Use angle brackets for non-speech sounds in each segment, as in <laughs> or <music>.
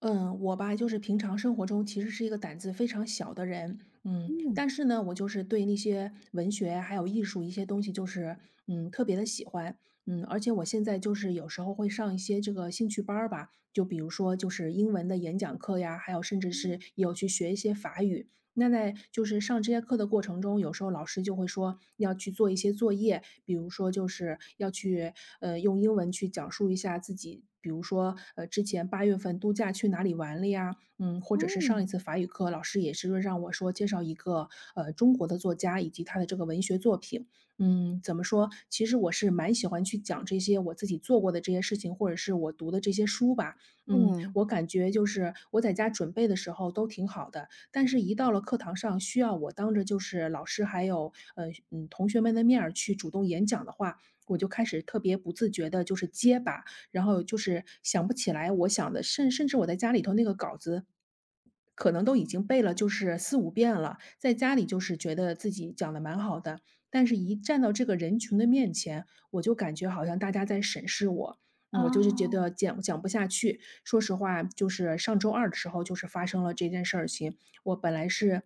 嗯，我吧，就是平常生活中其实是一个胆子非常小的人，嗯，但是呢，我就是对那些文学还有艺术一些东西，就是特别的喜欢。而且我现在就是有时候会上一些这个兴趣班儿吧，就比如说就是英文的演讲课呀，还有甚至嗯，是有去学一些法语。那在就是上这些课的过程中，有时候老师就会说要去做一些作业，比如说就是要去用英文去讲述一下自己，比如说之前8月份度假去哪里玩了呀，或者是上一嗯，次法语课老师也是让我说介绍一个中国的作家以及他的这个文学作品。怎么说？其实我是蛮喜欢去讲这些我自己做过的这些事情，或者是我读的这些书吧。嗯，我感觉就是我在家准备的时候都挺好的，但是一到了课堂上，需要我当着就是老师还有，同学们的面儿去主动演讲的话，我就开始特别不自觉的，就是结巴，然后就是想不起来我想的，甚至我在家里头那个稿子，可能都已经背了就是4、5遍了，在家里就是觉得自己讲的蛮好的，但是一站到这个人群的面前，我就感觉好像大家在审视我。我就是觉得啊讲不下去，说实话，就是上周二的时候就是发生了这件事情。我本来是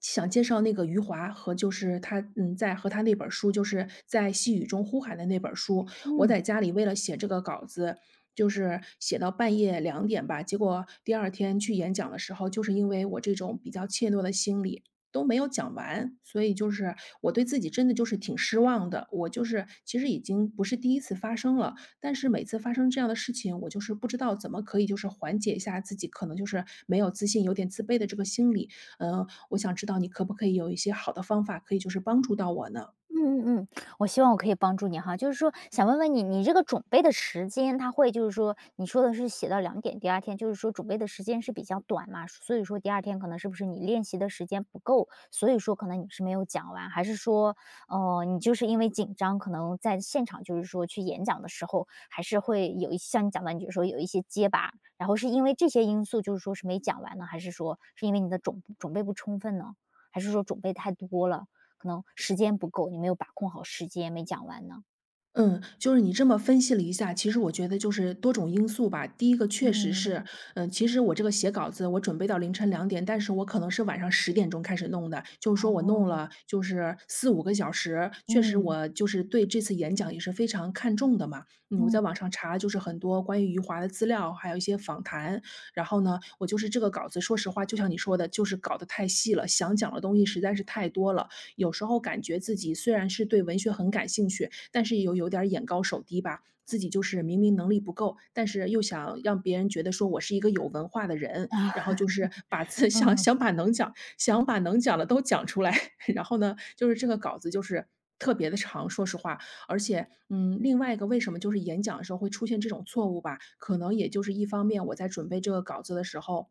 想介绍那个余华和就是他在和他那本书，就是在细雨中呼喊的那本书。我嗯。在家里为了写这个稿子，就是写到半夜2点吧，结果第二天去演讲的时候，就是因为我这种比较怯懦的心理，都没有讲完。所以就是我对自己真的就是挺失望的，我就是其实已经不是第一次发生了，但是每次发生这样的事情，我就是不知道怎么可以就是缓解一下自己可能就是没有自信、有点自卑的这个心理。我想知道你可不可以有一些好的方法，可以就是帮助到我呢？嗯嗯嗯，我希望我可以帮助你哈，就是说想问问你，你这个准备的时间，他会就是说，你说的是写到2点，第二天就是说准备的时间是比较短嘛，所以说第二天可能是不是你练习的时间不够，所以说可能你是没有讲完，还是说，你就是因为紧张，可能在现场就是说去演讲的时候，还是会有一像你讲的，你就说有一些结巴，然后是因为这些因素就是说是没讲完呢，还是说是因为你的准备不充分呢？还是说准备太多了？可能时间不够，你没有把控好时间，没讲完呢？嗯，就是你这么分析了一下，其实我觉得就是多种因素吧。第一个确实嗯，是，其实我这个写稿子，我准备到凌晨2点，但是我可能是晚上10点钟开始弄的，就是说我弄哦，了就是4、5个小时。确实嗯，我就是对这次演讲也是非常看重的嘛。我嗯，在网上查就是很多关于余华的资料，还有一些访谈。然后呢，我就是这个稿子，说实话，就像你说的，就是搞得太细了，想讲的东西实在是太多了。有时候感觉自己虽然是对文学很感兴趣，但是又有点儿眼高手低吧，自己就是明明能力不够，但是又想让别人觉得说我是一个有文化的人，然后就是把自 <laughs> 想嗯，想把能讲想把能讲的都讲出来，<laughs> 然后呢，就是这个稿子就是特别的长，说实话。而且，另外一个为什么就是演讲的时候会出现这种错误吧，可能也就是一方面我在准备这个稿子的时候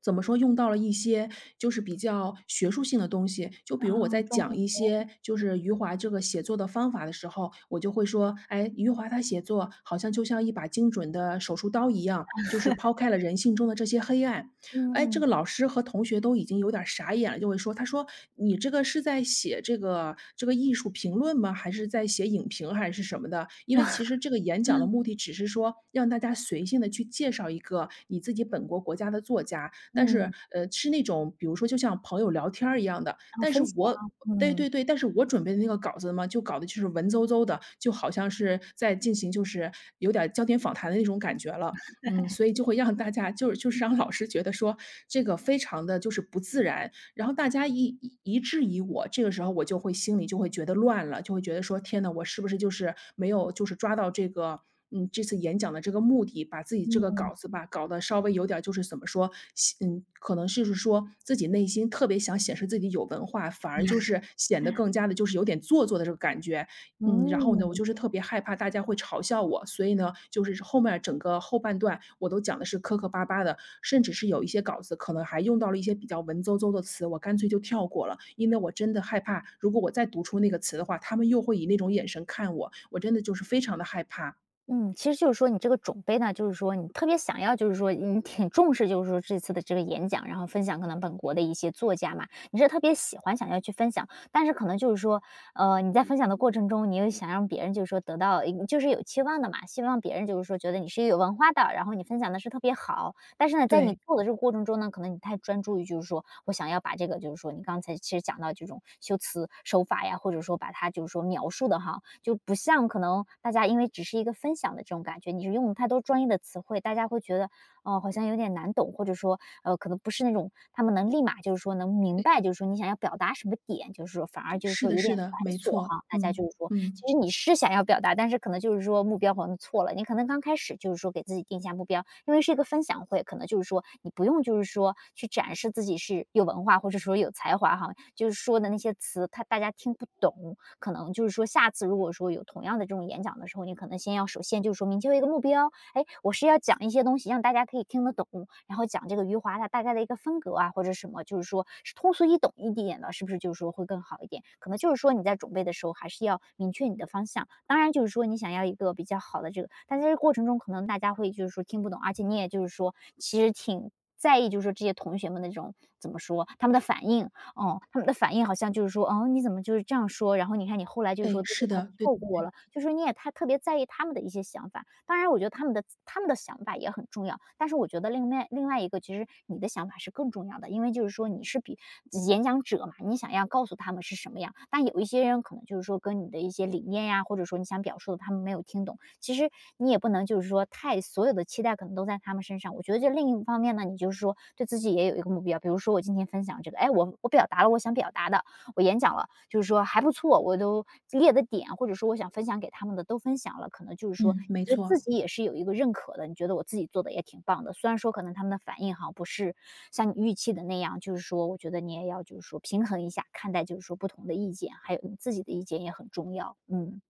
怎么说，用到了一些就是比较学术性的东西。就啊，比如我在专讲业，一些就是余华这个写作的方法的时候，我就会说，哎，余华他写作好像就像一把精准的手术刀一样，就是抛开了人性中的这些黑暗。哎，嗯这嗯 个老师和同学都已经有点儿傻眼了，就会说，他说："你这个是在写这个艺术评论吗？还是在写影评还是什么的？"因为其 <laughs>，实这个演讲的目的只是说让大家随性的去介绍一个你自己本国国家的作家，但是，嗯，是那种比如说就像朋友聊天儿一样的，然后但是分享，我对嗯。对对，但是我准备的那个稿子嘛，就搞的就是文绉绉的，就好像是在进行就是有点儿焦点访谈的那种感觉了。所以就会让大家就是让老师觉得说这个非常的就是不自然，然后大家一质疑我，这个时候我就会心里就会觉得乱了，就会觉得说："天呐，我是不是就是没有就是抓到这个这次演讲的这个目的，把自己这个嗯，稿子吧，搞得稍微有点儿就是怎么说，可能就是说自己内心特别想显示自己有文化，反而就是显得更加的就是有点做作的这个感觉。"然后呢，我嗯。就是特别害怕大家会嘲笑我，所以呢，就是后面整个后半段我都讲的是磕磕巴巴的，甚至是有一些稿子可能还用到了一些比较文绉绉的词，我干脆就跳过了，因为我真的害怕，如果我再读出那个词的话，他们又会以那种眼神看我，我真的就是非常的害怕。嗯，其实就是说你这个准备呢，就是说你特别想要，就是说你挺重视，就是说这次的这个演讲，然后分享可能本国的一些作家嘛，你是特别喜欢想要去分享，但是可能就是说，你在分享的过程中，你又想让别人就是说得到，嗯就是有期望的嘛，希望别人就是说觉得你是有文化的，然后你分享的是特别好，但是呢，在你对。做的这个过程中呢，可能你太专注于就是说我想要把这个就是说你刚才其实讲到这种修辞手法呀，或者说把它就是说描述的哈，就不像可能大家因为只是一个分享的这种感觉，你是用太多专业的词汇，大家会觉得哦，好像有点难懂，或者说，可能不是那种他们能立马就是说能明白，就是说你想要表达什么点，就是说反而就是是说的有是点的，繁没琐错。哈。大家嗯，就是说，其嗯。实你是想要表达，但是可能就是说目标好像错了。你可能刚开始就是说给自己定下目标，因为是一个分享会，可能就是说你不用就是说去展示自己是有文化或者说有才华哈，就是说的那些词，他大家听不懂，可能就是说下次如果说有同样的这种演讲的时候，你可能先要首先就是说明确一个目标，哎，我是要讲一些东西让大家可以听得懂，然后讲这个余华他大概的一个风格啊，或者什么，就是说是通俗易懂一点的，是不是就是说会更好一点？可能就是说你在准备的时候还是要明确你的方向。当然就是说你想要一个比较好的这个，但在这个过程中可能大家会就是说听不懂，而且你也就是说其实挺。在意就是说这些同学们的这种怎么说他们的反应，哦，他们的反应好像就是说："哦，你怎么就是这样说？"然后你看你后来就是哎，说都是给他的。对。跳过了，就说你也太特别在意他们的一些想法。当然我觉得他们的想法也很重要，但是我觉得另外一个其实你的想法是更重要的，因为就是说你是比演讲者嘛，你想要告诉他们是什么样，但有一些人可能就是说跟你的一些理念呀，或者说你想表述的，他们没有听懂。其实你也不能就是说太所有的期待可能都在他们身上。我觉得这另一方面呢，你就是说对自己也有一个目标，比如说我今天分享这个，哎，我表达了我想表达的，我演讲了，就是说还不错，我都列的点，或者说我想分享给他们的都分享了，可能就是说嗯，没你对自错。己也是有一个认可的，你觉得我自己做的也挺棒的。虽然说可能他们的反应哈不是像你预期的那样，就是说我觉得你也要就是说平衡一下看待，就是说不同的意见，还有你自己的意见也很重要。嗯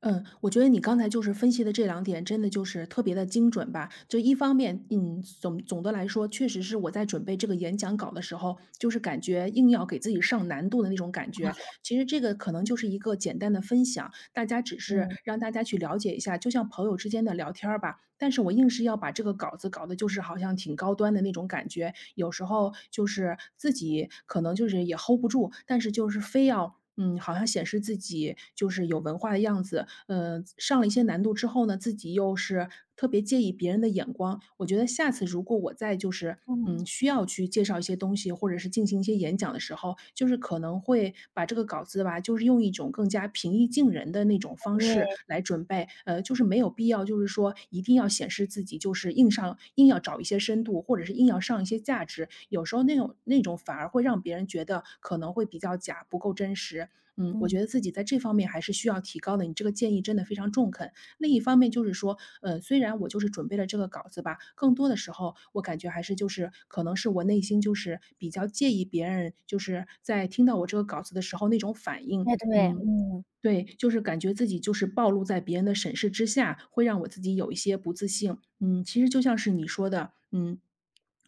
嗯，我觉得你刚才就是分析的这两点，真的就是特别的精准吧。就一方面，总的来说，确实是我在准备这个演讲稿的时候，就是感觉硬要给自己上难度的那种感觉。其实这个可能就是一个简单的分享，大家只是嗯让大家去了解一下，就像朋友之间的聊天儿吧。但是我硬是要把这个稿子搞得就是好像挺高端的那种感觉，有时候就是自己可能就是也 hold 不住，但是就是非要好像显示自己就是有文化的样子，上了一些难度之后呢，自己又是特别介意别人的眼光。我觉得下次如果我再就是，嗯，嗯需要去介绍一些东西，或者是进行一些演讲的时候，就是可能会把这个饺子吧，就是用一种更加平易近人的那种方式对。来准备。就是没有必要，就是说一定要显示自己，就是硬上硬要找一些深度，或者是硬要上一些价值。有时候那种反而会让别人觉得可能会比较假，不够真实。我嗯，觉得自己在这方面还是需要提高的。你这个建议真的非常中肯。另一方面就是说，虽然我就是准备了这个稿子吧，更多的时候我感觉还是就是可能是我内心就是比较介意别人就是在听到我这个稿子的时候那种反应。哎，对，嗯，嗯，对，就是感觉自己就是暴露在别人的审视之下，会让我自己有一些不自信。嗯，其实就像是你说的，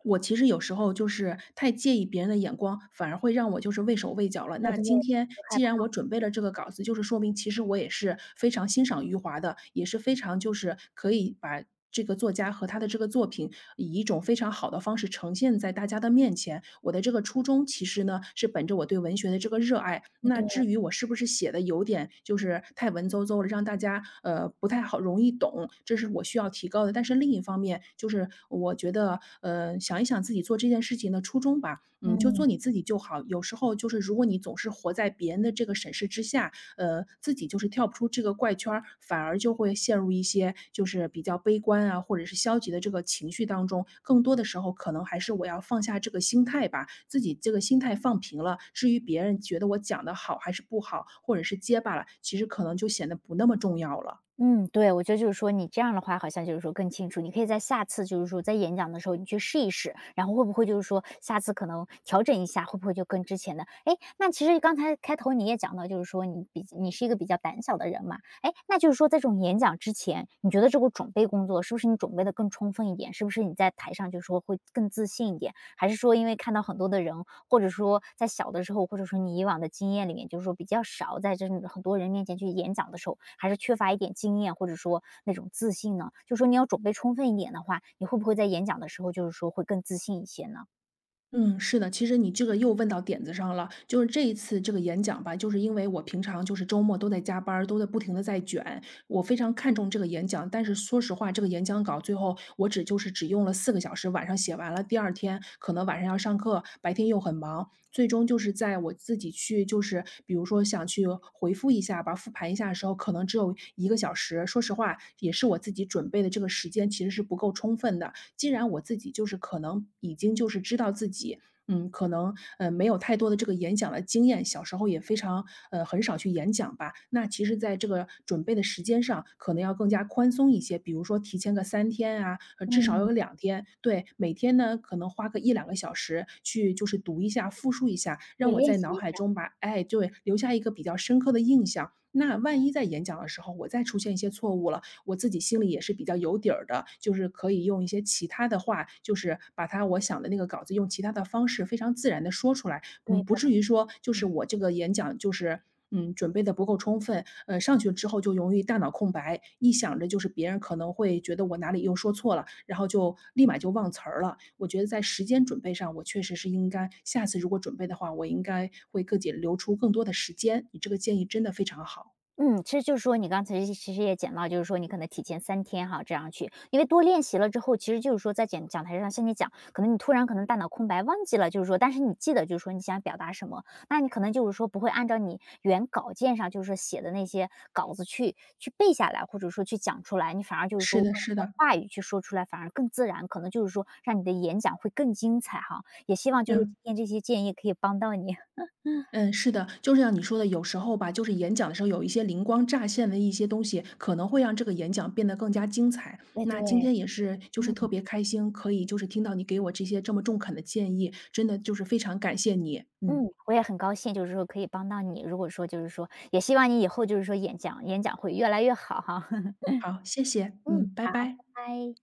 我其实有时候就是太介意别人的眼光，反而会让我就是畏手畏脚了。哎，那对，今天很害既怕，然我准备了这个稿子，就是说明其实我也是非常欣赏余华的，也是非常就是可以把这个作家和他的这个作品以一种非常好的方式呈现在大家的面前。我的这个初衷其实呢，是本着我对文学的这个热爱。那对，至于我是不是写的有点就是太文绉绉了，让大家不太好容易懂，这是我需要提高的。但是另一方面，就是我觉得想一想自己做这件事情的初衷吧，就嗯，做你自己就好。有时候就是如果你总是活在别人的这个审视之下，自己就是跳不出这个怪圈儿，反而就会陷入一些就是比较悲观啊，或者是消极的这个情绪当中。更多的时候，可能还是我要放下这个心态吧，自己这个心态放平了。至于别人觉得我讲的好还是不好，或者是结巴了，其实可能就显得不那么重要了。嗯，对，我觉得就是说你这样的话，好像就是说更清楚，你可以在下次就是说在演讲的时候，你去试一试，然后会不会就是说下次可能调整一下，会不会就跟之前的？哎，那其实刚才开头你也讲到，就是说你比你是一个比较胆小的人嘛，哎，那就是说在这种演讲之前，你觉得这个准备工作是不是你准备的更充分一点？是不是你在台上就是说会更自信一点？还是说因为看到很多的人，或者说在小的时候，或者说你以往的经验里面，就是说比较少在这种很多人面前去演讲的时候，还是缺乏一点经验，或者说那种自信呢？就说你要准备充分一点的话，你会不会在演讲的时候，就是说会更自信一些呢？嗯，是的，其实你这个又问到点子上了。就是这一次这个演讲吧，就是因为我平常就是周末都在加班儿，都在不停的在卷，我非常看重这个演讲。但是说实话，这个演讲稿最后我只就是只用了4个小时，晚上写完了，第二天可能晚上要上课，白天又很忙。最终就是在我自己去就是比如说想去回复一下吧，复盘一下的时候，可能只有1个小时。说实话，也是我自己准备的这个时间其实是不够充分的，既然我自己就是可能已经就是知道自己，没有太多的这个演讲的经验，小时候也非常很少去演讲吧。那其实在这个准备的时间上，可能要更加宽松一些，比如说提前个3天啊，至少嗯，有2天。对，每天呢，可能花个一两个小时去就是读一下、复述一下，让对，我练在习脑一下，海中把哎，对，留下一个比较深刻的印象。那万一在演讲的时候，我再出现一些错误了，我自己心里也是比较有底儿的，就是可以用一些其他的话，就是把它我想的那个稿子用其他的方式非常自然的说出来，对的。不至于说就是我这个演讲就是，准备的不够充分，上去之后就容易大脑空白，一想着就是别人可能会觉得我哪里又说错了，然后就立马就忘词儿了。我觉得在时间准备上，我确实是应该下次如果准备的话，我应该会给自己留出更多的时间，你这个建议真的非常好。嗯，其实就是说你刚才其实也讲到，就是说你可能提前3天哈，这样去因为多练习了之后，其实就是说在讲台上向你讲，可能你突然可能大脑空白忘记了，就是说但是你记得就是说你想表达什么，那你可能就是说不会按照你原稿件上就是说写的那些稿子去背下来，或者说去讲出来，你反而就是说是用的是你的的，话语去说出来，反而更自然，可能就是说让你的演讲会更精彩哈。也希望就是嗯。今天这些建议可以帮到你。<laughs> 嗯，嗯，是的，就是像你说的，有时候吧，就是演讲的时候有一些灵光乍现的一些东西，可能会让这个演讲变得更加精彩。哎，对，那今天也是，就是特嗯。别开心，可以就是听到你给我这些这么中肯的建议，真的就是非常感谢你。嗯嗯，我也很高兴，就是说可以帮到你。如果说就是说，也希望你以后就是说演讲会越来越好哈。<laughs> 好，谢谢，嗯，嗯，拜好，拜。拜拜。